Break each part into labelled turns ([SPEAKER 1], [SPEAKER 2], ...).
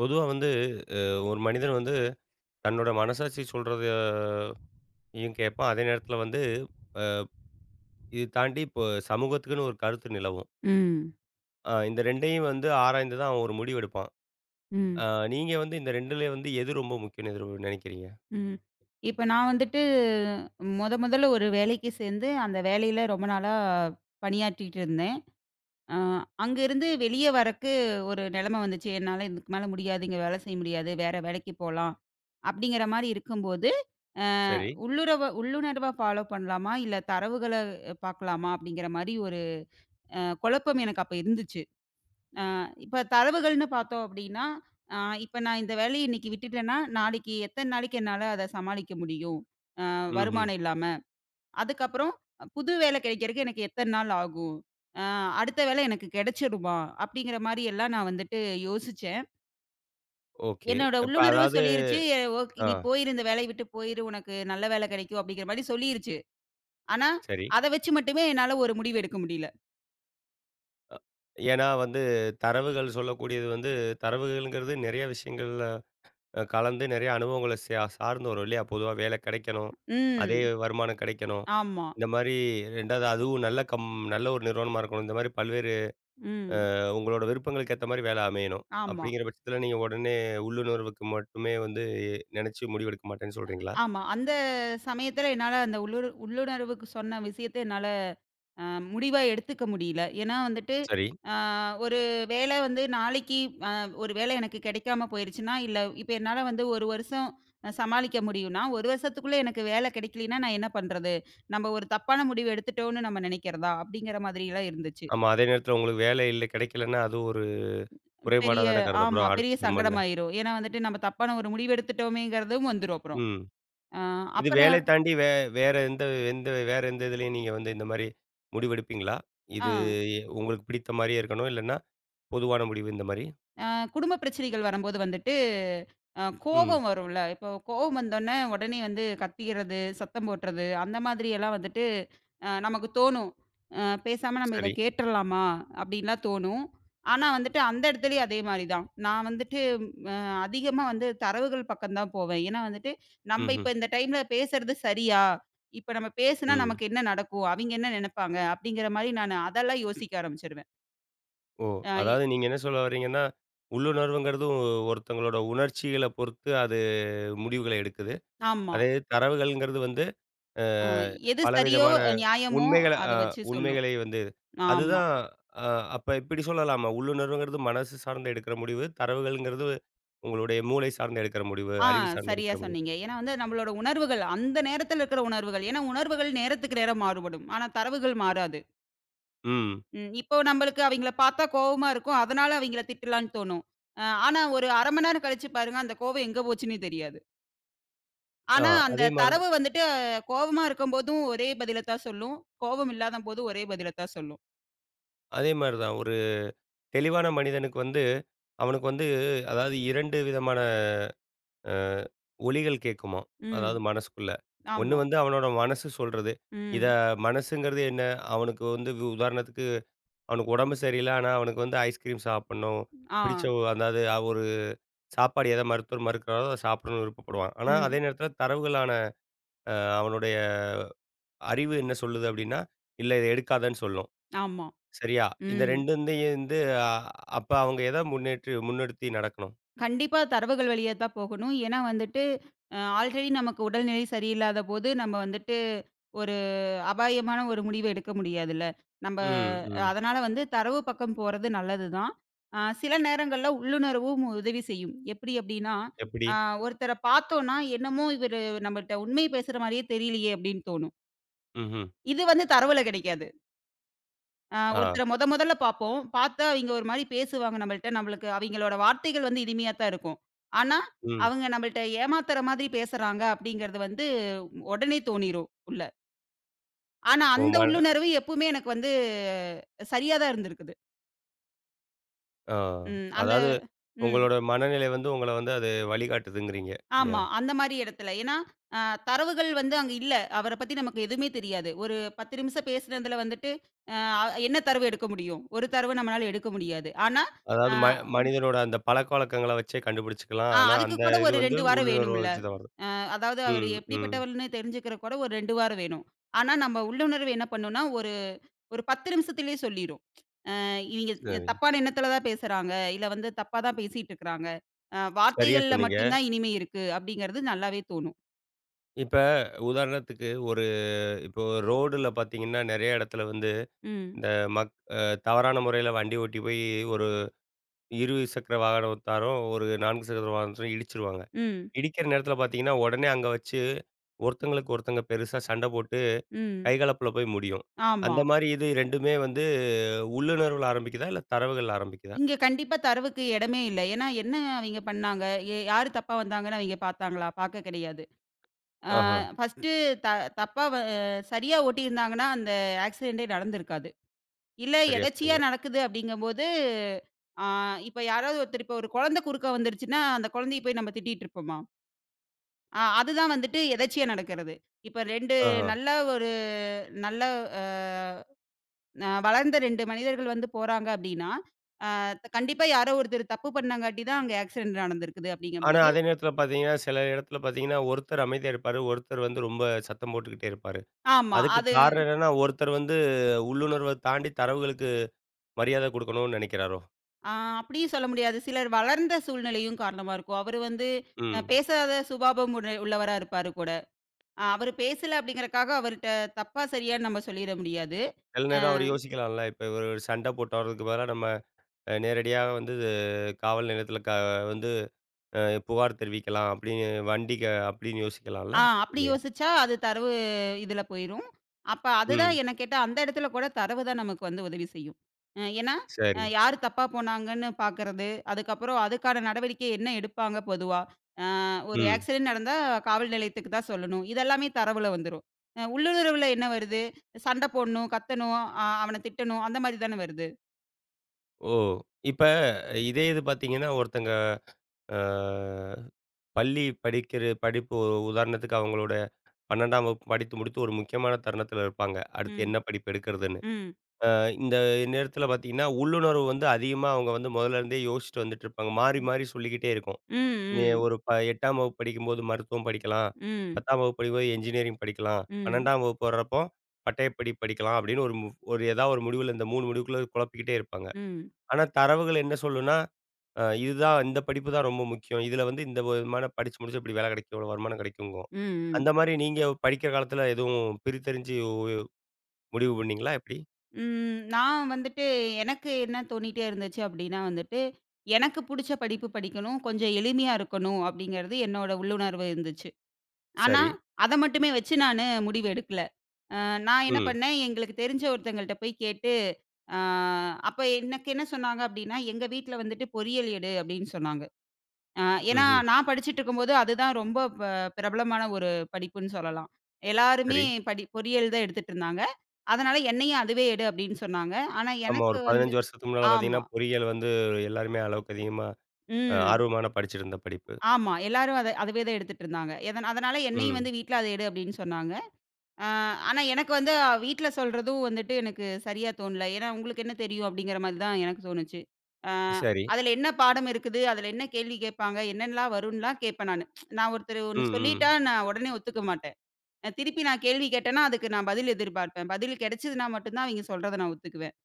[SPEAKER 1] பொதுவா வந்து ஒரு மனிதன் வந்து தன்னோட மனசாட்சி சொல்றதையும் கேட்பான். அதே நேரத்தில வந்து இது தாண்டி இப்போ சமூகத்துக்குன்னு ஒரு கருத்து நிலவும்.
[SPEAKER 2] ம்,
[SPEAKER 1] இந்த 2யும் வந்து ஆராய்ந்து தான் அவன் ஒரு முடிவு எடுப்பான்.
[SPEAKER 2] ம்,
[SPEAKER 1] அ நீங்க வந்து இந்த 2ல வந்து எது ரொம்ப முக்கியம்னு எதிர் நினைக்கிறீங்க?
[SPEAKER 2] ம். இப்ப நான் வந்துட்டு மொதல்ல ஒரு வேலைக்கு சேர்ந்து, அந்த வேலையில ரொம்ப நாளா பணியாற்றிட்டு இருந்தேன். அ அங்க இருந்து வெளிய வரக்கு ஒரு நிலைமை வந்துச்சு. என்னால இதுக்கு மேல முடியாது, இங்க வேலை செய்ய முடியாது, வேற வேலைக்கு போலாம். அப்படிங்கிற மாரி இருக்கும்போது, அ
[SPEAKER 1] சரி.
[SPEAKER 2] உள்ளுறவ உள்ளுணர்வா ஃபாலோ பண்ணலாமா? இல்ல தரவுகள பார்க்கலாமா? அப்படிங்கிற மாரி ஒரு குழப்பம் எனக்கு அப்ப இருந்துச்சு. அ இப்ப தரவுகள்னு பார்த்தோம் அப்படின்னா, அ இப்ப நான் இந்த வேலைய இன்னைக்கு விட்டுட்டேன்னா, நாளைக்கு எத்தன நாளைக்கு என்னால அத சமாளிக்க முடியும்? அ
[SPEAKER 1] ம்ஹ்ம்.
[SPEAKER 2] வருமானம் இல்லாம. அதுக்கப்புறம் புது வேலை கிடைக்கிறக்கு எனக்கு எத்தன நாள் ஆகும்? அ அடுத்த வேலை எனக்கு கிடைச்சிடுமா? அப்படிங்கிற மாரி எல்லாம் நான் வந்துட்டு யோசிச்சேன்.
[SPEAKER 1] ஓகே.
[SPEAKER 2] என்னோட
[SPEAKER 1] இப்ப
[SPEAKER 2] உள்ளுணர்வு
[SPEAKER 1] அதாவது.
[SPEAKER 2] சொல்லிருச்சு, "ஏ, ஓகே
[SPEAKER 1] ஆ.
[SPEAKER 2] நீ போயிரு இந்த வேலைய விட்டு போயிரு, உனக்கு நல்ல வேலை கிடைக்கும் அப்படிங்கிற மாரி சொல்லிருச்சு. ஆனா,
[SPEAKER 1] சரி.
[SPEAKER 2] அத வச்சு மட்டுமே என்னால ஒரு முடிவு எடுக்க முடியல.
[SPEAKER 1] அ ஏன்னா வந்து தரவுகள் சொல்லக்கூடியது வந்து தரவுகள்ங்கிறது நெறைய விஷயங்கள்ல கலந்து நெறைய அனுபவங்கள சார்ந்து வரும் இல்லையா? பொதுவா வேலை கிடைக்கணும். அதே
[SPEAKER 2] ம்.
[SPEAKER 1] வருமானம் கிடைக்கணும்.
[SPEAKER 2] ஆமா.
[SPEAKER 1] இந்த மாரி 2வது அதுவும் நல்ல ஒரு நிறுவனமா இருக்கணும். இந்த மாரி பல்வேறு
[SPEAKER 2] ம்.
[SPEAKER 1] உங்களோட விருப்பங்களுக்கு ஏத்த மாரி வேலை அமையணும்.
[SPEAKER 2] ஆமா.
[SPEAKER 1] அப்படிங்கிற பட்சத்தில நீங்க உடனே உள்ளுணர்வுக்கு மட்டுமே வந்து நினைச்சு முடிவெடுக்க மாட்டேன்னு சொல்றீங்களா?
[SPEAKER 2] ஆமா. அந்த சமயத்துல என்னால அந்த உள்ளுணர்வுக்கு சொன்ன விஷயத்த என்னால அ முடிவா எடுத்துக்க முடியல. ஏன்னா வந்துட்டு,
[SPEAKER 1] சரி.
[SPEAKER 2] அ ஒரு வேலை வந்து நாளைக்கு அ ஒரு வேலை எனக்கு கிடைக்காம போயிருச்சுன்னா, இல்ல இப்ப என்னால வந்து 1 வருஷம் சமாளிக்க முடியும்னா, 1 வருஷத்துக்குள்ள எனக்கு வேலை கிடைக்கலைன்னா நான் என்ன பண்றது? நம்ம ஒரு தப்பான முடிவு எடுத்துட்டோம்னு நம்ம நினைக்கிறதா? அப்படிங்கிற மாதிரிலாம் இருந்துச்சு.
[SPEAKER 1] ஆமா. அதே நேரத்தில உங்களுக்கு வேலை இல்ல கிடைக்கலன்னா, அது ஒரு குறைபாடா
[SPEAKER 2] பெரிய
[SPEAKER 1] தானே
[SPEAKER 2] ஆமா.
[SPEAKER 1] கருதப்படும்
[SPEAKER 2] பெரிய
[SPEAKER 1] அடுத்த கம்பெனில.
[SPEAKER 2] சங்கடமாயிரும். ஏன்னா வந்துட்டு நம்ம தப்பான ஒரு முடிவு எடுத்துட்டோமேங்கிறதும் வந்துரும் அப்புறம்.
[SPEAKER 1] ம்.
[SPEAKER 2] அ
[SPEAKER 1] இது
[SPEAKER 2] அப்புறம்.
[SPEAKER 1] வேலை தாண்டி வேற எந்த வேற எந்த இதுலயும் நீங்க வந்து இந்த மாரி முடிவெடுப்பீங்களா?
[SPEAKER 2] ஆ.
[SPEAKER 1] இது உங்களுக்கு பிடித்த மாரியே இருக்கணும். இல்லன்னா பொதுவான முடிவு இந்த மாரி.
[SPEAKER 2] அ குடும்ப பிரச்சனைகள் வரும்போது வந்துட்டு,
[SPEAKER 1] ம்.
[SPEAKER 2] கோபம் வரும்ல. இப்போ கோவம் வந்தோனே உடனே வந்து கத்திக்கிறது, சத்தம் போடுறது, அந்த மாதிரி எல்லாம் வந்துட்டு நமக்கு தோணும். பேசாம நம்ம இத
[SPEAKER 1] சரி.
[SPEAKER 2] கேட்டுறலாமா? அப்படின்லாம் தோணும். ஆனா வந்துட்டு அந்த இடத்துலயும் அதே மாரி தான். நான் வந்துட்டு அ அதிகமா வந்து தரவுகள் பக்கம் தான் போவேன். ஏன்னா வந்துட்டு, நம்ம
[SPEAKER 1] ம்ஹ்ம்.
[SPEAKER 2] இப்ப இந்த டைம்ல பேசுறது சரியா? இப்ப நம்ம பேசுனா
[SPEAKER 1] ம்.
[SPEAKER 2] நமக்கு என்ன நடக்கும்? அவிங்க என்ன நெனைப்பாங்க? அப்படிங்கிற மாரி நானு அதெல்லாம் யோசிக்க ஆரம்பிச்சுருவேன்.
[SPEAKER 1] ஓ!
[SPEAKER 2] அ எ
[SPEAKER 1] அதாவது நீங்க என்ன சொல்ல வர்றீங்கன்னா, உள்ளுணர்வுங்கிறது ஒருத்தங்களோட உணர்ச்சிகள பொறுத்து அது முடிவுகள எடுக்குது.
[SPEAKER 2] ஆமா.
[SPEAKER 1] அதே தரவுகள்ங்கிறது வந்து அ
[SPEAKER 2] ஆ எது சரியோ,
[SPEAKER 1] பலவிதமான
[SPEAKER 2] நியாயமோ
[SPEAKER 1] உண்மைகள
[SPEAKER 2] அத
[SPEAKER 1] அ
[SPEAKER 2] வச்சு சொல்லும்.
[SPEAKER 1] உண்மைகளை வந்து
[SPEAKER 2] ஆமா.
[SPEAKER 1] அதுதான். அ அப்ப இப்படி சொல்லலாமா? உள்ளுணர்வுங்கிறது மனசு சார்ந்து எடுக்கிற முடிவு. தரவுகள்ங்கிறது உங்களுடைய மூளை சார்ந்து எடுக்கிற முடிவு,
[SPEAKER 2] ஆ
[SPEAKER 1] அறிவு சார்ந்து
[SPEAKER 2] சரியா
[SPEAKER 1] எடுக்கிற முடிவு.
[SPEAKER 2] சொன்னீங்க. ஏன்னா வந்து நம்மளோட உணர்வுகள், அந்த நேரத்துல இருக்கிற உணர்வுகள். ஏன்னா உணர்வுகள் நேரத்துக்கு நேரம் மாறுபடும். ஆனா தரவுகள் மாறாது.
[SPEAKER 1] ம்.
[SPEAKER 2] ம். இப்போ நம்மளுக்கு அவைங்கள பார்த்தா கோவமா இருக்கும். அதனால அவைங்கள திட்டலான்னு தோணும். ஆனா ஒரு 1/2 மணி நேரம் கழிச்சு பாருங்க, அந்த கோவம் எங்க போச்சுன்னே தெரியாது.
[SPEAKER 1] ஆ.
[SPEAKER 2] ஆனா அந்த
[SPEAKER 1] அதே மாரி
[SPEAKER 2] தரவு வந்துட்டு கோவமா இருக்கும்போதும் ஒரே பதில தான் சொல்லும். கோவம் இல்லாதபோது ஒரே பதில தான் சொல்லும்.
[SPEAKER 1] அதே மாரி தான். ஒரு தெளிவான மனிதனுக்கு வந்து, அவனுக்கு வந்து அதாவது 2 விதமான அ ஒலிகள் கேட்குமாம். அதாவது
[SPEAKER 2] ம்.
[SPEAKER 1] மனசுக்குள்ள. ஒண்ணு
[SPEAKER 2] ஆமா.
[SPEAKER 1] வந்து அவனோட மனசு சொல்றது. இத
[SPEAKER 2] ம்.
[SPEAKER 1] மனசுங்கிறது என்ன? அவனுக்கு வந்து உதாரணத்துக்கு அவனுக்கு உடம்பு சரியில்ல. ஆனா அவனுக்கு வந்து ஐஸ்கிரீம் சாப்பிடணும். பிடிச்ச
[SPEAKER 2] ஆ.
[SPEAKER 1] ஒ அதாவது ஒரு சாப்பாடு எத மருத்துவர் மறுக்கிறாரோ, அத சாப்பிடணும்னு விருப்பப்படுவான். ஆனா அதே
[SPEAKER 2] ம்.
[SPEAKER 1] நேரத்தில தரவுகளான அ அவனுடைய அறிவு என்ன சொல்லுது அப்டின்னா, இல்ல இத எடுக்காதன்னு சொல்லும்.
[SPEAKER 2] ஆமா.
[SPEAKER 1] சரியா? இந்த
[SPEAKER 2] ம்.
[SPEAKER 1] 2 வந்து அப்ப அவங்க எத முன்னேற்றி முன்னிறுத்தி நடக்கணும்?
[SPEAKER 2] கண்டிப்பா தரவுகள் வழியா தான் போகணும். ஏன்னா வந்துட்டு, ஆல்ரெடி நமக்கு உடல்நிலை சரியில்லாதபோது, நம்ம வந்துட்டு ஒரு அபாயமான ஒரு முடிவு எடுக்க முடியாதுல்ல. நம்ப
[SPEAKER 1] ம், ம்.
[SPEAKER 2] அதனால வந்து தரவு பக்கம் போறது நல்லது தான். சில நேரங்கள்ல உள்ளுணர்வும் உதவி செய்யும். எப்படி அப்படின்னா,
[SPEAKER 1] எப்படி?
[SPEAKER 2] அ ஒருத்தர பார்த்தோம்னா, "என்னமோ இவரு நம்மட்ட உண்மைய பேசுற மாரியே தெரியலையே" அப்படின்னு தோணும்.
[SPEAKER 1] ம்ஹ்ம்.
[SPEAKER 2] இது வந்து தரவுல கிடைக்காது.
[SPEAKER 1] ஆ.
[SPEAKER 2] ஒருத்தர மொதல்ல பார்ப்போம். பார்த்தா அவிங்க ஒரு மாரி பேசுவாங்க நம்மள்ட்ட. நம்மளுக்கு அவிங்களோட வார்த்தைகள் வந்து இனிமையா தான் இருக்கும். ஆனா,
[SPEAKER 1] ம்.
[SPEAKER 2] அவங்க நம்மள்ட்ட ஏமாத்துற மாதிரி பேசுறாங்க அப்டிங்கிறது வந்து உடனே தோணிரும் உள்ள. ஆனா
[SPEAKER 1] ஓ!
[SPEAKER 2] அந்த உள்ளுணர்வு எப்பவுமே எனக்கு வந்து சரியா தான் இருந்திருக்குது.
[SPEAKER 1] ஆ.
[SPEAKER 2] ம். அந்த
[SPEAKER 1] அதாவது
[SPEAKER 2] ம்.
[SPEAKER 1] உங்களோட மனநிலை வந்து உங்கள வந்து அது வழிகாட்டுதுங்கிறீங்க இல்லையா?
[SPEAKER 2] ஆமா. அந்த மாரி இடத்துல. ஏன்னா, அ தரவுகள் வந்து அங்க இல்ல. அவர பத்தி நமக்கு எதுவுமே தெரியாது. ஒரு 10 நிமிஷம் பேசுனதுல வந்துட்டு, அ என்ன தரவு எடுக்க முடியும்? ஒரு தரவு நம்மளால எடுக்க முடியாது. ஆனா, அ
[SPEAKER 1] அதாவது மனிதனோட அந்த பழக்கவழக்கங்கள வச்சே கண்டுபிடிச்சுக்கலாம்.
[SPEAKER 2] ஆ
[SPEAKER 1] ஆனா
[SPEAKER 2] அதுக்கு
[SPEAKER 1] அந்த
[SPEAKER 2] கூட
[SPEAKER 1] இது
[SPEAKER 2] ஒரு
[SPEAKER 1] வந்து
[SPEAKER 2] 2 வாரம்
[SPEAKER 1] உள்ளுணர்வ
[SPEAKER 2] வேணும்ல.
[SPEAKER 1] வச்சு தான் வருது.
[SPEAKER 2] அதாவது அவரு
[SPEAKER 1] ம், ம்.
[SPEAKER 2] எப்படிப்பட்டவர்ன்னு தெரிஞ்சுக்கிற கூட ஒரு 2 வாரம் வேணும். ஆனா நம்ம உள்ளுணர்வு என்ன பண்ணும்னா, ஒரு ஒரு 10 நிமிஷத்திலேயே சொல்லிரும். அ இவங்க
[SPEAKER 1] சரி.
[SPEAKER 2] தப்பான எண்ணத்துல தான் பேசுறாங்க. இல்ல வந்து தப்பா தான் பேசிட்டு இருக்கிறாங்க.
[SPEAKER 1] சரியா
[SPEAKER 2] வார்த்தைகள்ல
[SPEAKER 1] சொன்னீங்க.
[SPEAKER 2] மட்டும் தான் இனிமை இருக்கு அப்படிங்கிறது நல்லாவே தோணும்.
[SPEAKER 1] இப்ப உதாரணத்துக்கு ஒரு இப்போ ரோடுல பார்த்தீங்கன்னா, நெறைய இடத்துல வந்து
[SPEAKER 2] ம்.
[SPEAKER 1] இந்த மக் அ தவறான முறையில வண்டி ஓட்டி போய் ஒரு இரு சக்கர வாகனத்தாரும், ஒரு 4 சக்கர வாகனத்தாரும் இடிச்சுருவாங்க.
[SPEAKER 2] ம்.
[SPEAKER 1] இடிக்கிற நேரத்தில பார்த்தீங்கன்னா, உடனே அங்க வச்சு ஒருத்தங்களுக்கு ஒருத்தங்க பெருசா சண்டை போட்டு
[SPEAKER 2] ம்.
[SPEAKER 1] கைகலப்புல போய் முடியும்.
[SPEAKER 2] ஆமா.
[SPEAKER 1] அந்த மாரி இது 2மே வந்து உள்ளுணர்வுல ஆரம்பிக்குதா? இல்ல தரவுகள்ல ஆரம்பிக்குதா?
[SPEAKER 2] இங்க கண்டிப்பா தரவுக்கு இடமே இல்ல. ஏன்னா என்ன அவிங்க பண்ணாங்க? யாரு தப்பா வந்தாங்கன்னு அவிங்க பார்த்தாங்களா? பார்க்க கிடையாது. ஆ
[SPEAKER 1] ஆஹா.
[SPEAKER 2] ஃபர்ஸ்ட்டு த தப்பா வ சரியா ஓட்டியிருந்தாங்கன்னா, அந்த ஆக்சிடென்டே நடந்திருக்காது. இல்ல
[SPEAKER 1] சரியா
[SPEAKER 2] எதர்ச்சியா
[SPEAKER 1] சொன்னீங்க.
[SPEAKER 2] நடக்குது அப்படிங்கம்போது, ஆ இப்ப யாராவது ஒருத்தர் இப்ப ஒரு குழந்தை குறுக்க வந்துருச்சுன்னா, அந்த குழந்தைய போய் நம்ம திட்டிட்டு இருப்போமா? அதுதான் வந்துட்டு எதர்ச்சியா நடக்கிறது. இப்ப 2
[SPEAKER 1] ஆஹா.
[SPEAKER 2] நல்ல ஒரு நல்ல அ ந வளர்ந்த 2 மனிதர்கள் வந்து போறாங்க அப்படின்னா, ஆ கண்டிப்பா யாரோ ஒருத்தர் தப்பு பண்ணங்காட்டி தான் அங்க ஆக்சிடென்ட் நடந்திருக்குது
[SPEAKER 1] ஆனா
[SPEAKER 2] அப்படிங்கம்போது
[SPEAKER 1] அதே நேரத்தில பார்த்தீங்கன்னா, சில இடத்துல பார்த்தீங்கன்னா, ஒருத்தர் அமைதியா இருப்பாரு. ஒருத்தர் வந்து ரொம்ப சத்தம் போட்டுக்கிட்டே இருப்பாரு.
[SPEAKER 2] ஆமா.
[SPEAKER 1] அதுக்கு காரணம் என்னன்னா, ஒருத்தர் வந்து உள்ளுணர்வ தாண்டி தரவுகளுக்கு மரியாதை குடுக்கணும்னு நினைக்கிறாரோ?
[SPEAKER 2] ஆ அப்படியும் சொல்ல முடியாது. சிலர் வளர்ந்த சூழ்நிலையும் காரணமா இருக்கும். அவரு வந்து
[SPEAKER 1] ம்.
[SPEAKER 2] பேசாத சுபாவம் உள்ளவரா இருப்பாரு கூட. அவரு பேசல அப்படிங்கிறக்காக அவர்ட்ட தப்பா, சரியான்னு நம்ம சொல்லிற முடியாது.
[SPEAKER 1] சில
[SPEAKER 2] அ
[SPEAKER 1] நேரம் அவரு யோசிக்கலாம்ல. இப்ப இவரு சண்டை போட்டு வர்றதுக்கு பதிலா நம்ம நேரடியா வந்து காவல் நிலையத்தில வந்து அ புகார் தெரிவிக்கலாம் அப்படின்னு வண்டிக்கு அப்படின்னு யோசிக்கலாம்ல?
[SPEAKER 2] ஆ அப்படி
[SPEAKER 1] இல்லையா?
[SPEAKER 2] யோசிச்சா, அது தரவு இதுல போயிரும். அப்ப அதுதான்
[SPEAKER 1] ம்.
[SPEAKER 2] என்ன கேட்டா, அந்த இடத்துல கூட தரவு தான் நமக்கு வந்து உதவி செய்யும். ஏன்னா,
[SPEAKER 1] சரி.
[SPEAKER 2] யாரு தப்பா போனாங்கன்னு பார்க்கறது, அதுக்கப்புறம் அதுக்கான நடவடிக்கை என்ன எடுப்பாங்க பொதுவா? அ ஒரு
[SPEAKER 1] ம்.
[SPEAKER 2] ஆக்சிடென்ட் நடந்தா காவல் நிலையத்துக்கு தான் சொல்லணும். இதெல்லாமே தரவுல வந்துரும். உள்ளுணர்வுல என்ன வருது? சண்டை போடணும், கத்தணும், அவன திட்டணும், அந்த மாரி தானே வருது.
[SPEAKER 1] ஓ! இப்ப இதே இது பார்த்தீங்கன்னா, ஒருத்தங்க அ பள்ளி படிக்கிற படிப்பு ஒரு உதாரணத்துக்கு அவங்களோட 12ஆம் வகுப்பு படித்து முடித்து ஒரு முக்கியமான தருணத்தில இருப்பாங்க. அடுத்து
[SPEAKER 2] ம்,
[SPEAKER 1] என்ன படிப்பு எடுக்கிறதுன்னு.
[SPEAKER 2] ம்,
[SPEAKER 1] இந்த நேரத்தில பார்த்தீங்கன்னா, உள்ளுணர்வு வந்து அதிகமா அவங்க வந்து முதல்ல இருந்தே யோசிச்சுட்டு வந்துட்டு இருப்பாங்க. மாறி
[SPEAKER 2] ம்,
[SPEAKER 1] மாறி சொல்லிக்கிட்டே இருக்கும்.
[SPEAKER 2] ம்,
[SPEAKER 1] நீ
[SPEAKER 2] ம்,
[SPEAKER 1] ஒரு 8ஆம் வகுப்பு படிக்கும்போது மருத்துவம் படிக்கலாம்.
[SPEAKER 2] ம்,
[SPEAKER 1] 10ஆம் வகுப்பு படிக்கும்போது என்ஜினியரிங் படிக்கலாம்.
[SPEAKER 2] ம்,
[SPEAKER 1] 12ஆம் வகுப்பு வர்றப்போ பட்டயப்படி படிக்கலாம் அப்படின்னு ஒரு மு ஒரு ஏதா ஒரு முடிவுல இந்த 3 முடிவுக்குள்ள குழப்பிக்கிட்டே இருப்பாங்க.
[SPEAKER 2] ம்,
[SPEAKER 1] ஆனா தரவுகள் என்ன சொல்லும்னா, இதுதான். இந்த படிப்பு தான் ரொம்ப முக்கியம். இதுல வந்து இந்த விதமான படிச்சு முடிச்சா இப்படி வேலை கிடைக்கும், இவ்வளோ வருமானம் கிடைக்குங்கும்.
[SPEAKER 2] ம்.
[SPEAKER 1] அந்த மாரி நீங்க படிக்கிற காலத்துல எதுவும் பிரித்தறிஞ்சு முடிவு பண்ணீங்களா எப்படி?
[SPEAKER 2] ம். நான் வந்துட்டு எனக்கு என்ன தோணிட்டே இருந்துச்சு அப்படின்னா வந்துட்டு, எனக்கு புடிச்ச படிப்பு படிக்கணும். கொஞ்சம் எளிமையா இருக்கணும் அப்படிங்கிறது என்னோட உள்ளுணர்வு இருந்துச்சு. ஆனா,
[SPEAKER 1] சரி.
[SPEAKER 2] அத மட்டுமே வச்சு நானு முடிவு எடுக்கல. நான் என்ன
[SPEAKER 1] ம்.
[SPEAKER 2] பண்ணேன், எங்களுக்கு தெரிஞ்ச ஒருத்தங்கள்ட்ட போய் கேட்டு, அ அப்ப எனக்கு என்ன சொன்னாங்க அப்படின்னா, "எங்க வீட்ல வந்துட்டு பொறியியல் எடு" அப்படின்னு சொன்னாங்க. ஆ, ஏன்னா
[SPEAKER 1] ம்ஹ்ம்.
[SPEAKER 2] நான் படிச்சுட்டு இருக்கும்போது அதுதான் ரொம்ப பிரபலமான ஒரு படிப்புன்னு சொல்லலாம். எல்லாருமே
[SPEAKER 1] சரி.
[SPEAKER 2] பொறியியல் தான் எடுத்துட்டு இருந்தாங்க. அதனால என்னையும் அதுவே எடு அப்படின்னு சொன்னாங்க. ஆனா
[SPEAKER 1] ஆமா. ஒரு
[SPEAKER 2] எனக்கு வந்து
[SPEAKER 1] 15 வருஷத்துக்கு முன்னால பார்த்தீங்கன்னா,
[SPEAKER 2] ஆமா.
[SPEAKER 1] பொறியியல் வந்து எல்லாருமே அளவுக்கு அதிகமா
[SPEAKER 2] ம்.
[SPEAKER 1] ஆர்வமான படிச்சிட்டு இருந்த படிப்பு.
[SPEAKER 2] ஆமா. எல்லாரும் அத அதுவே தான் எடுத்துட்டு இருந்தாங்க. அதனால என்னையும்
[SPEAKER 1] ம்.
[SPEAKER 2] வந்து வீட்ல அத எடு அப்படின்னு சொன்னாங்க. ஆ, ஆனா எனக்கு வந்து வீட்ல சொல்றதும் வந்துட்டு எனக்கு சரியா தோணல. ஏன்னா, "உங்களுக்கு என்ன தெரியும்?" அப்படிங்கிற மாரி தான் எனக்கு தோணுச்சு. ஆ
[SPEAKER 1] சரி.
[SPEAKER 2] அதில என்ன பாடம் இருக்குது? அதில என்ன கேள்வி கேட்பாங்க? என்னெல்லாம் வரும்ன்லாம் கேட்பேன் நானு. நான் ஒருத்தர்
[SPEAKER 1] ம்,
[SPEAKER 2] ஒண்ணு சொல்லிட்டா
[SPEAKER 1] ம்.
[SPEAKER 2] நான் உடனே ஒத்துக்க மாட்டேன். திருப்பி நான் கேள்வி கேட்டேன்னா, அதுக்கு நான் பதில் எதிர்பார்ப்பேன். பதில் கிடைச்சதுனா மட்டும் தான் அவிங்க சொல்றத நான் ஒத்துக்குவேன்.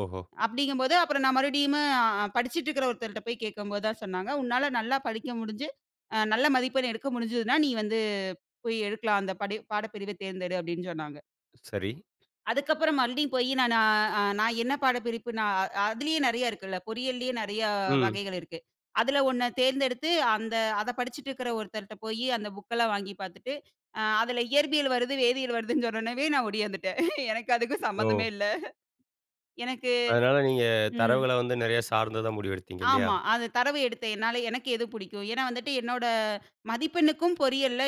[SPEAKER 1] ஓஹோ!
[SPEAKER 2] அப்படிங்கும்போது அப்புறம் நான் மறுபடியுமே படிச்சுட்டு இருக்கிற ஒருத்தர்ட்ட போய் கேட்கும்போது தான் சொன்னாங்க, "உன்னால நல்லா படிக்க முடிஞ்சு, நல்ல மதிப்பெண் எடுக்க முடிஞ்சதுன்னா, நீ வந்து போய் எடுக்கலாம். அந்த படி பாடப்பிரிவ தேர்ந்தெடு." அப்படின்னு சொன்னாங்க.
[SPEAKER 1] சரி.
[SPEAKER 2] அதுக்கப்புறம் மறுபடியும் போய் நான் என்ன பாடப்பிரிப்பு நான் அதிலேயே நெறைய இருக்குல்ல. பொறியியல்லயே நெறையா
[SPEAKER 1] ம்.
[SPEAKER 2] வகைகள் இருக்கு. அதில ஒண்ண தேர்ந்தெடுத்து அந்த அத படிச்சுட்டு இருக்கிற ஒருத்தர்ட்ட போயி அந்த புக்கெல்லாம் வாங்கி பார்த்துட்டு, அதில இயற்பியல் வருது, வேதியியல் வருதுன்னு சொன்னோனவே நான் ஓடியாந்துட்டேன். எனக்கு அதுக்கும்
[SPEAKER 1] ஓ!
[SPEAKER 2] சம்மந்தமே இல்ல. எனக்கு
[SPEAKER 1] அதனால நீங்க
[SPEAKER 2] ம்.
[SPEAKER 1] தரவுகள வந்து நெறைய சார்ந்து தான் முடிவெடுத்தீங்க இல்லையா?
[SPEAKER 2] ஆமா. அது தரவு எடுத்து என்னால எனக்கு எது பிடிக்கும். ஏன்னா வந்துட்டு என்னோட மதிப்பெண்ணுக்கும் பொறியியல்ல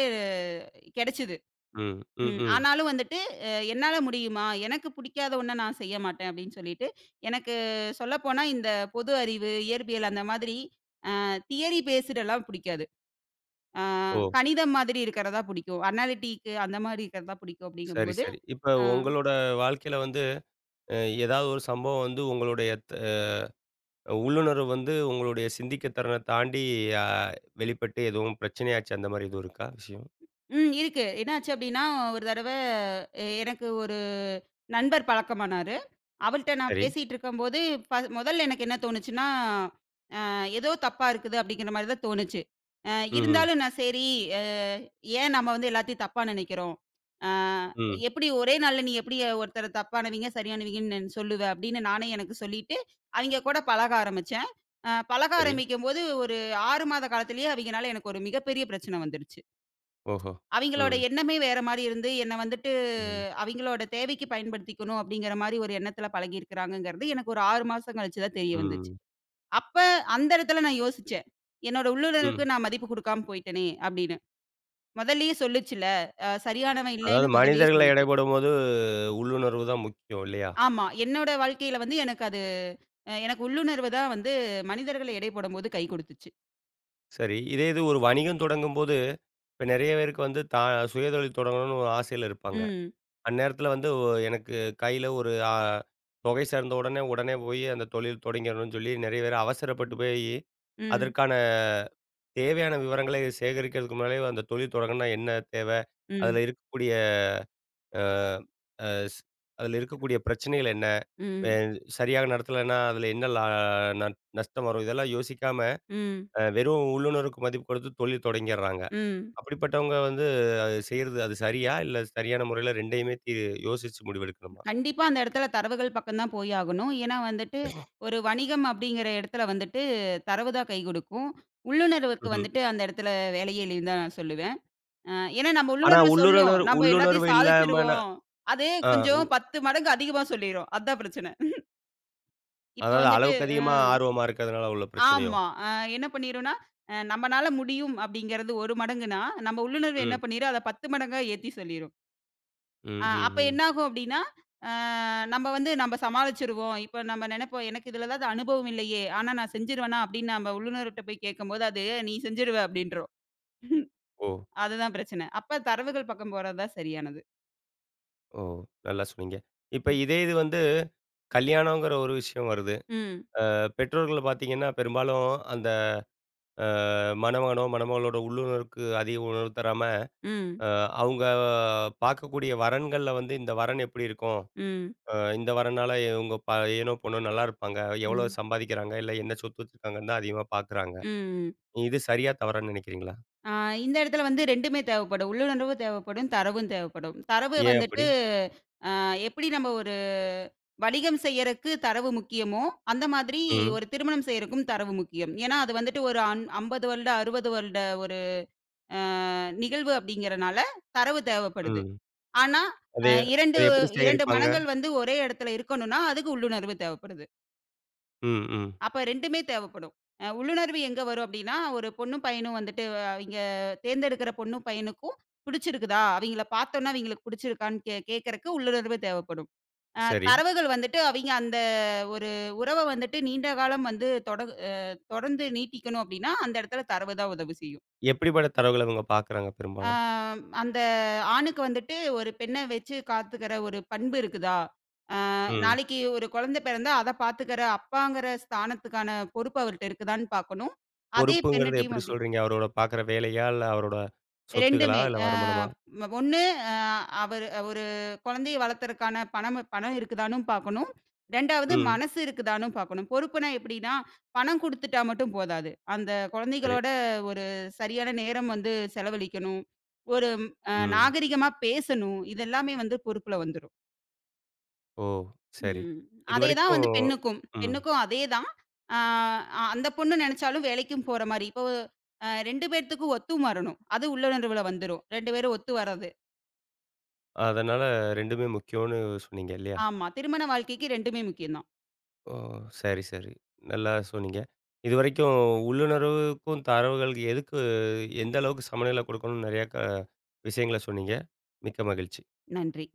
[SPEAKER 2] கிடைச்சது.
[SPEAKER 1] ம், ம்,
[SPEAKER 2] ம்.
[SPEAKER 1] ம்.
[SPEAKER 2] ஆனாலும் வந்துட்டு, "என்னால முடியுமா? எனக்கு புடிக்காத ஒண்ண நான் செய்ய மாட்டேன்." அப்படின்னு சொல்லிட்டு, எனக்கு சொல்லப்போனா இந்த பொது அறிவு, இயற்பியல் அந்த மாதிரி தியரி பேஸ்டுலாம் புடிக்காது. ஆ
[SPEAKER 1] ஓ!
[SPEAKER 2] கணிதம் மாதிரி இருக்கிறதா புடிக்கும். அனாலிட்டிக்கு அந்த மாதிரி இருக்கிறதா புடிக்கும்
[SPEAKER 1] சரி,
[SPEAKER 2] அப்படிங்கும்போது
[SPEAKER 1] சரி. இப்ப
[SPEAKER 2] அ
[SPEAKER 1] உங்களோட வாழ்க்கையில வந்து அ ஏதாவது ஒரு சம்பவம் வந்து உங்களுடைய உள்ளுணர்வு வந்து உங்களுடைய சிந்திக்க திறன தாண்டி அ வெளிப்பட்டு எதுவும் பிரச்சனையாச்சு அந்த மாரி எதுவும் இருக்கா விஷயம்?
[SPEAKER 2] ம் இருக்கு. என்னாச்சு அப்படின்னா, ஒரு தடவ எனக்கு ஒரு நண்பர் பழக்கமானாரு. அவள்ட்ட நான்
[SPEAKER 1] சரி.
[SPEAKER 2] பேசிட்டு இருக்கும்போது, முதல்ல எனக்கு என்ன தோணுச்சுன்னா ஏதோ தப்பா இருக்குது அப்படிங்கிற மாரி தான் தோணுச்சு.
[SPEAKER 1] ம்ஹ்ம்.
[SPEAKER 2] இருந்தாலும் நான் சரி, அ ஏன் நம்ம வந்து எல்லாத்தையும் தப்பா நெனைக்கிறோம்? அ
[SPEAKER 1] ம்.
[SPEAKER 2] எப்படி ஒரே நாள்ல நீ எப்படி ஒருத்தர தப்பானவங்க, சரியானவங்கன்னு நன் சொல்லுவ? அப்படின்னு நானே எனக்கு சொல்லிட்டு, அவிங்க கூட பழக ஆரம்பிச்சேன். பழக
[SPEAKER 1] சரி.
[SPEAKER 2] ஆரம்பிக்கும்போது ஒரு 6 மாத காலத்திலேயே அவிங்கனால எனக்கு ஒரு மிகப்பெரிய பிரச்சனை வந்துருச்சு.
[SPEAKER 1] ஓஹோ!
[SPEAKER 2] அவிங்களோட
[SPEAKER 1] ம்,
[SPEAKER 2] எண்ணமே வேற மாரி இருந்து, என்ன வந்துட்டு
[SPEAKER 1] ம்,
[SPEAKER 2] அவிங்களோட தேவைக்கு பயன்படுத்திக்கணும் அப்படிங்கிற மாரி ஒரு எண்ணத்தில பழகியிருக்கிறாங்கங்கிறது எனக்கு ஒரு 6 மாசம் கழிச்சு தான் தெரிய வந்துச்சு.
[SPEAKER 1] ம்,
[SPEAKER 2] அப்ப அந்த இடத்துல நான் யோசிச்சேன். என்னோட
[SPEAKER 1] ம்.
[SPEAKER 2] உள்ளுணர்வுக்கு நான் மதிப்பு குடுக்காம போயிட்டேனே! அப்படின்னு. முதல்லயே சொல்லுச்சுல்ல. சரியானவன்
[SPEAKER 1] அதாவது
[SPEAKER 2] இல்லைன்னு முதல்லயே
[SPEAKER 1] மனிதர்கள எடை
[SPEAKER 2] சொல்லுச்சு.
[SPEAKER 1] போடும்போது உள்ளுணர்வு தான் முக்கியம் இல்லையா?
[SPEAKER 2] ஆமா. என்னோட வாழ்க்கையில வந்து எனக்கு அது எனக்கு உள்ளுணர்வு தான் வந்து மனிதர்கள எடை போடும்போது கை குடுத்துச்சு.
[SPEAKER 1] சரி. இதே இது ஒரு வணிகம் தொடங்கும்போது, இப்ப நெறைய பேருக்கு வந்து சுயதொழில் தொடங்கணும்னு ஒரு ஆசையில இருப்பாங்க.
[SPEAKER 2] ம்.
[SPEAKER 1] அந்நேரத்தில வந்து எனக்கு கையில ஒரு தொகை சேர்ந்த உடனே, உடனே போய் அந்த தொழில் தொடங்கிடணும்னு சொல்லி நெறைய பேர் அவசரப்பட்டு போயி,
[SPEAKER 2] ம்.
[SPEAKER 1] அதற்கான தேவையான விவரங்களை சேகரிக்கிறதுக்கு முன்னாலே அந்த தொழில் தொடங்கணும்னா என்ன தேவை?
[SPEAKER 2] ம்.
[SPEAKER 1] அதில இருக்கக்கூடிய அ அ ஸ் அதில இருக்கக்கூடிய பிரச்சனைகள் என்ன? அ
[SPEAKER 2] ம்.
[SPEAKER 1] சரியாக நடத்தலைன்னா அதில என்ன லா ந நஷ்டம் வரும்? இதெல்லாம் யோசிக்காம,
[SPEAKER 2] ம்.
[SPEAKER 1] வெறும் உள்ளுணர்வுக்கு மதிப்பு கொடுத்து தொழில் தொடங்கிறாங்க.
[SPEAKER 2] ம்.
[SPEAKER 1] அப்படிப்பட்டவங்க வந்து அது செய்றது அது சரியா? இல்ல சரியான முறையில 2யுமே யோசிச்சு முடிவெடுக்கணுமா?
[SPEAKER 2] கண்டிப்பா அந்த இடத்துல தரவுகள் பக்கம் தான் போய் ஆகணும். ஏன்னா வந்துட்டு, ஒரு வணிகம் அப்படிங்கிற இடத்துல வந்துட்டு, தரவு தான் கை குடுக்கும். உள்ளுணர்வுக்கு
[SPEAKER 1] ம்ஹ்ம்.
[SPEAKER 2] வந்துட்டு அந்த இடத்துல வேலையே இல்லைன்னு தான் நான் சொல்லுவேன். அ ஏன்னா நம்ம
[SPEAKER 1] ஆனா
[SPEAKER 2] உள்ளுணர்வு சொல்லும். நம்ம
[SPEAKER 1] உள்ளுணர்வு
[SPEAKER 2] எல்லாத்தையும்
[SPEAKER 1] இல்லாம நான்.
[SPEAKER 2] சாதிச்சுருவோம். அது
[SPEAKER 1] ஆ.
[SPEAKER 2] கொஞ்சம் 10 மடங்கு அதிகமா சொல்லிரும். அதான் பிரச்சனை. இப்ப
[SPEAKER 1] அதாவது
[SPEAKER 2] வந்துட்டு
[SPEAKER 1] அளவுக்கு
[SPEAKER 2] அ
[SPEAKER 1] அதிகமா ஆர்வமா இருக்கிறதுனால உள்ள பிரச்சனையோ?
[SPEAKER 2] ஆமா. என்ன பண்ணிரும்னா, நம்மனால முடியும் அப்படிங்கிறது 1 மடங்குனா, நம்ம உள்ளுணர்வு
[SPEAKER 1] ம்.
[SPEAKER 2] என்ன பண்ணிரும், அத 10 மடங்கா ஏத்தி சொல்லிரும்.
[SPEAKER 1] ம். ம்.
[SPEAKER 2] அப்ப
[SPEAKER 1] ம்.
[SPEAKER 2] என்னாகும் அப்படின்னா, அ நம்ம வந்து நம்ம சமாளிச்சுருவோம். இப்ப நம்ம நெனைப்போம், எனக்கு இதுல ஏதாவது அனுபவம் இல்லையே! ஆனா நான் செஞ்சுருவேனா அப்படின்னு நம்ம உள்ளுணர்வுட்ட போய் கேட்கும்போது, அது நீ செஞ்சுருவ அப்படின்ரும்.
[SPEAKER 1] ஓ!
[SPEAKER 2] அதுதான் பிரச்சனை. அப்ப தரவுகள் பக்கம் போறது தான் சரியானது.
[SPEAKER 1] ஓ! நல்லா சொன்னீங்க. இப்ப இதே இது வந்து கல்யாணங்கிற ஒரு விஷயம் வருது.
[SPEAKER 2] ம்.
[SPEAKER 1] பெற்றோர்கள பார்த்தீங்கன்னா, பெரும்பாலும் அந்த அ மணமகனோ, மணமகளோட உள்ளுணர்வுக்கு அதிக உணர்வு தராம,
[SPEAKER 2] ம்.
[SPEAKER 1] அ அவங்க பார்க்கக்கூடிய வரன்கள்ல வந்து இந்த வரன் எப்படி இருக்கும்?
[SPEAKER 2] ம்.
[SPEAKER 1] இந்த வரனால இவங்க ஏனோ பொண்ணோ நல்லா இருப்பாங்க. எவ்வளோ
[SPEAKER 2] ம்.
[SPEAKER 1] சம்பாதிக்கிறாங்க, இல்ல என்ன சொத்து வச்சிருக்காங்கன்னு தான் அதிகமா பார்க்குறாங்க.
[SPEAKER 2] ம்.
[SPEAKER 1] இது சரியா தவறான்னு நினைக்கிறீங்களா?
[SPEAKER 2] ஆ இந்த இடத்துல வந்து 2மே தேவைப்படும். உள்ளுணர்வு தேவைப்படும், தரவும் தேவைப்படும். தரவு
[SPEAKER 1] ஏன்
[SPEAKER 2] வந்துட்டு
[SPEAKER 1] அப்படி?
[SPEAKER 2] எப்படி நம்ம ஒரு வணிகம் செய்யறக்கு தரவு முக்கியமோ, அந்த மாதிரி
[SPEAKER 1] ம்,
[SPEAKER 2] ஒரு திருமணம் செய்யறக்கும் தரவு முக்கியம். ஏன்னா, அது வந்துட்டு ஒரு 50 வருட, 60 வருட ஒரு அ நிகழ்வு அப்படிங்கிறனால தரவு தேவைப்படுது.
[SPEAKER 1] ம்.
[SPEAKER 2] ஆனா,
[SPEAKER 1] அது
[SPEAKER 2] 2,
[SPEAKER 1] அது எப்படி
[SPEAKER 2] 2
[SPEAKER 1] சேகரிப்பாங்க?
[SPEAKER 2] மனங்கள் வந்து ஒரே இடத்துல இருக்கணும்னா, அதுக்கு உள்ளுணர்வு தேவைப்படுது.
[SPEAKER 1] ம், ம்.
[SPEAKER 2] அப்ப 2மே தேவைப்படும். உள்ளுணர்வு எங்க வரும் அப்டின்னா, ஒரு பொண்ணும் பையனும் வந்துட்டு அவிங்க தேர்ந்தெடுக்கிற பொண்ணும் பையனுக்கும் பிடிச்சிருக்குதா? அவிங்கள பார்த்தோன்ன அவிங்களுக்கு பிடிச்சிருக்கான்னு கேட்கறக்கு உள்ளுணர்வு தேவைப்படும்.
[SPEAKER 1] சரி.
[SPEAKER 2] தரவுகள் வந்துட்டு அவிங்க அந்த ஒரு உறவ வந்துட்டு நீண்ட காலம் வந்து அ தொடர்ந்து நீட்டிக்கணும் அப்டின்னா, அந்த இடத்துல தரவு தான் உதவி செய்யும்.
[SPEAKER 1] எப்படிப்பட்ட தரவுகள இவங்க பார்க்குறாங்க
[SPEAKER 2] ஆ
[SPEAKER 1] பெரும்பாலும்?
[SPEAKER 2] அந்த ஆணுக்கு வந்துட்டு ஒரு பெண்ண வச்சு காத்துக்கிற ஒரு பண்பு இருக்குதா?
[SPEAKER 1] ம்.
[SPEAKER 2] நாளைக்கு ஒரு குழந்தை பிறந்தா, அத பாத்துக்கிற அப்பாங்கிற ஸ்தானத்துக்கான பொறுப்பு அவர்ட்ட இருக்குதான்னு பாக்கணும். அதே
[SPEAKER 1] பொறுப்புங்கிறத
[SPEAKER 2] பெண்ணுட்டயும்
[SPEAKER 1] எப்படி
[SPEAKER 2] அப்டி
[SPEAKER 1] சொல்றீங்க? அவரோட பார்க்குற வேலையா? இல்ல அவரோட சொத்துக்களா?
[SPEAKER 2] 2மே
[SPEAKER 1] இல்ல வருமானமா?
[SPEAKER 2] 1 அ அவரு ஒரு குழந்தைய வளர்த்தறக்கான பணம் பணம் இருக்குதான்னும் பாக்கணும். 2வது
[SPEAKER 1] ம்.
[SPEAKER 2] மனசு இருக்குதான்னும் பாக்கணும். பொறுப்புனா எப்டின்னா, பணம் குடுத்துட்டா மட்டும் போதாது. அந்த
[SPEAKER 1] சரி.
[SPEAKER 2] குழந்தைகளோட ஒரு சரியான நேரம் வந்து செலவழிக்கணும். ஒரு
[SPEAKER 1] ம்.
[SPEAKER 2] நாகரிகமா பேசணும். இதெல்லாமே வந்து பொறுப்புல வந்துரும்.
[SPEAKER 1] ஓ! சரி.
[SPEAKER 2] ம். அதே தான்
[SPEAKER 1] இதுவரைக்கும்.
[SPEAKER 2] வந்து பெண்ணுக்கும்.
[SPEAKER 1] ம்.
[SPEAKER 2] பெண்ணுக்கும் அதே தான். ஆ அந்த பொண்ணு நெனச்சாலும் வேலைக்கும் போற மாரி. இப்போ 2 பேத்துக்கும் ஒத்தும் வரணும். அது உள்ளுணர்வுல வந்துரும். 2 பேரும் ஒத்து வர்றது.
[SPEAKER 1] அதனால 2மே முக்கியம்னு சொன்னீங்க இல்லையா?
[SPEAKER 2] ஆமா. திருமண வாழ்க்கைக்கு 2மே முக்கியம் தான்.
[SPEAKER 1] ஓ! சரி, சரி. நல்லா சொன்னீங்க. இதுவரைக்கும் உள்ளுணர்வுக்கும் தரவுகளுக்கு எதுக்கு எந்த அளவுக்கு சமநிலை கொடுக்கணும்னு நெறையா விஷயங்கள சொன்னீங்க. மிக்க மகிழ்ச்சி.
[SPEAKER 2] நன்றி.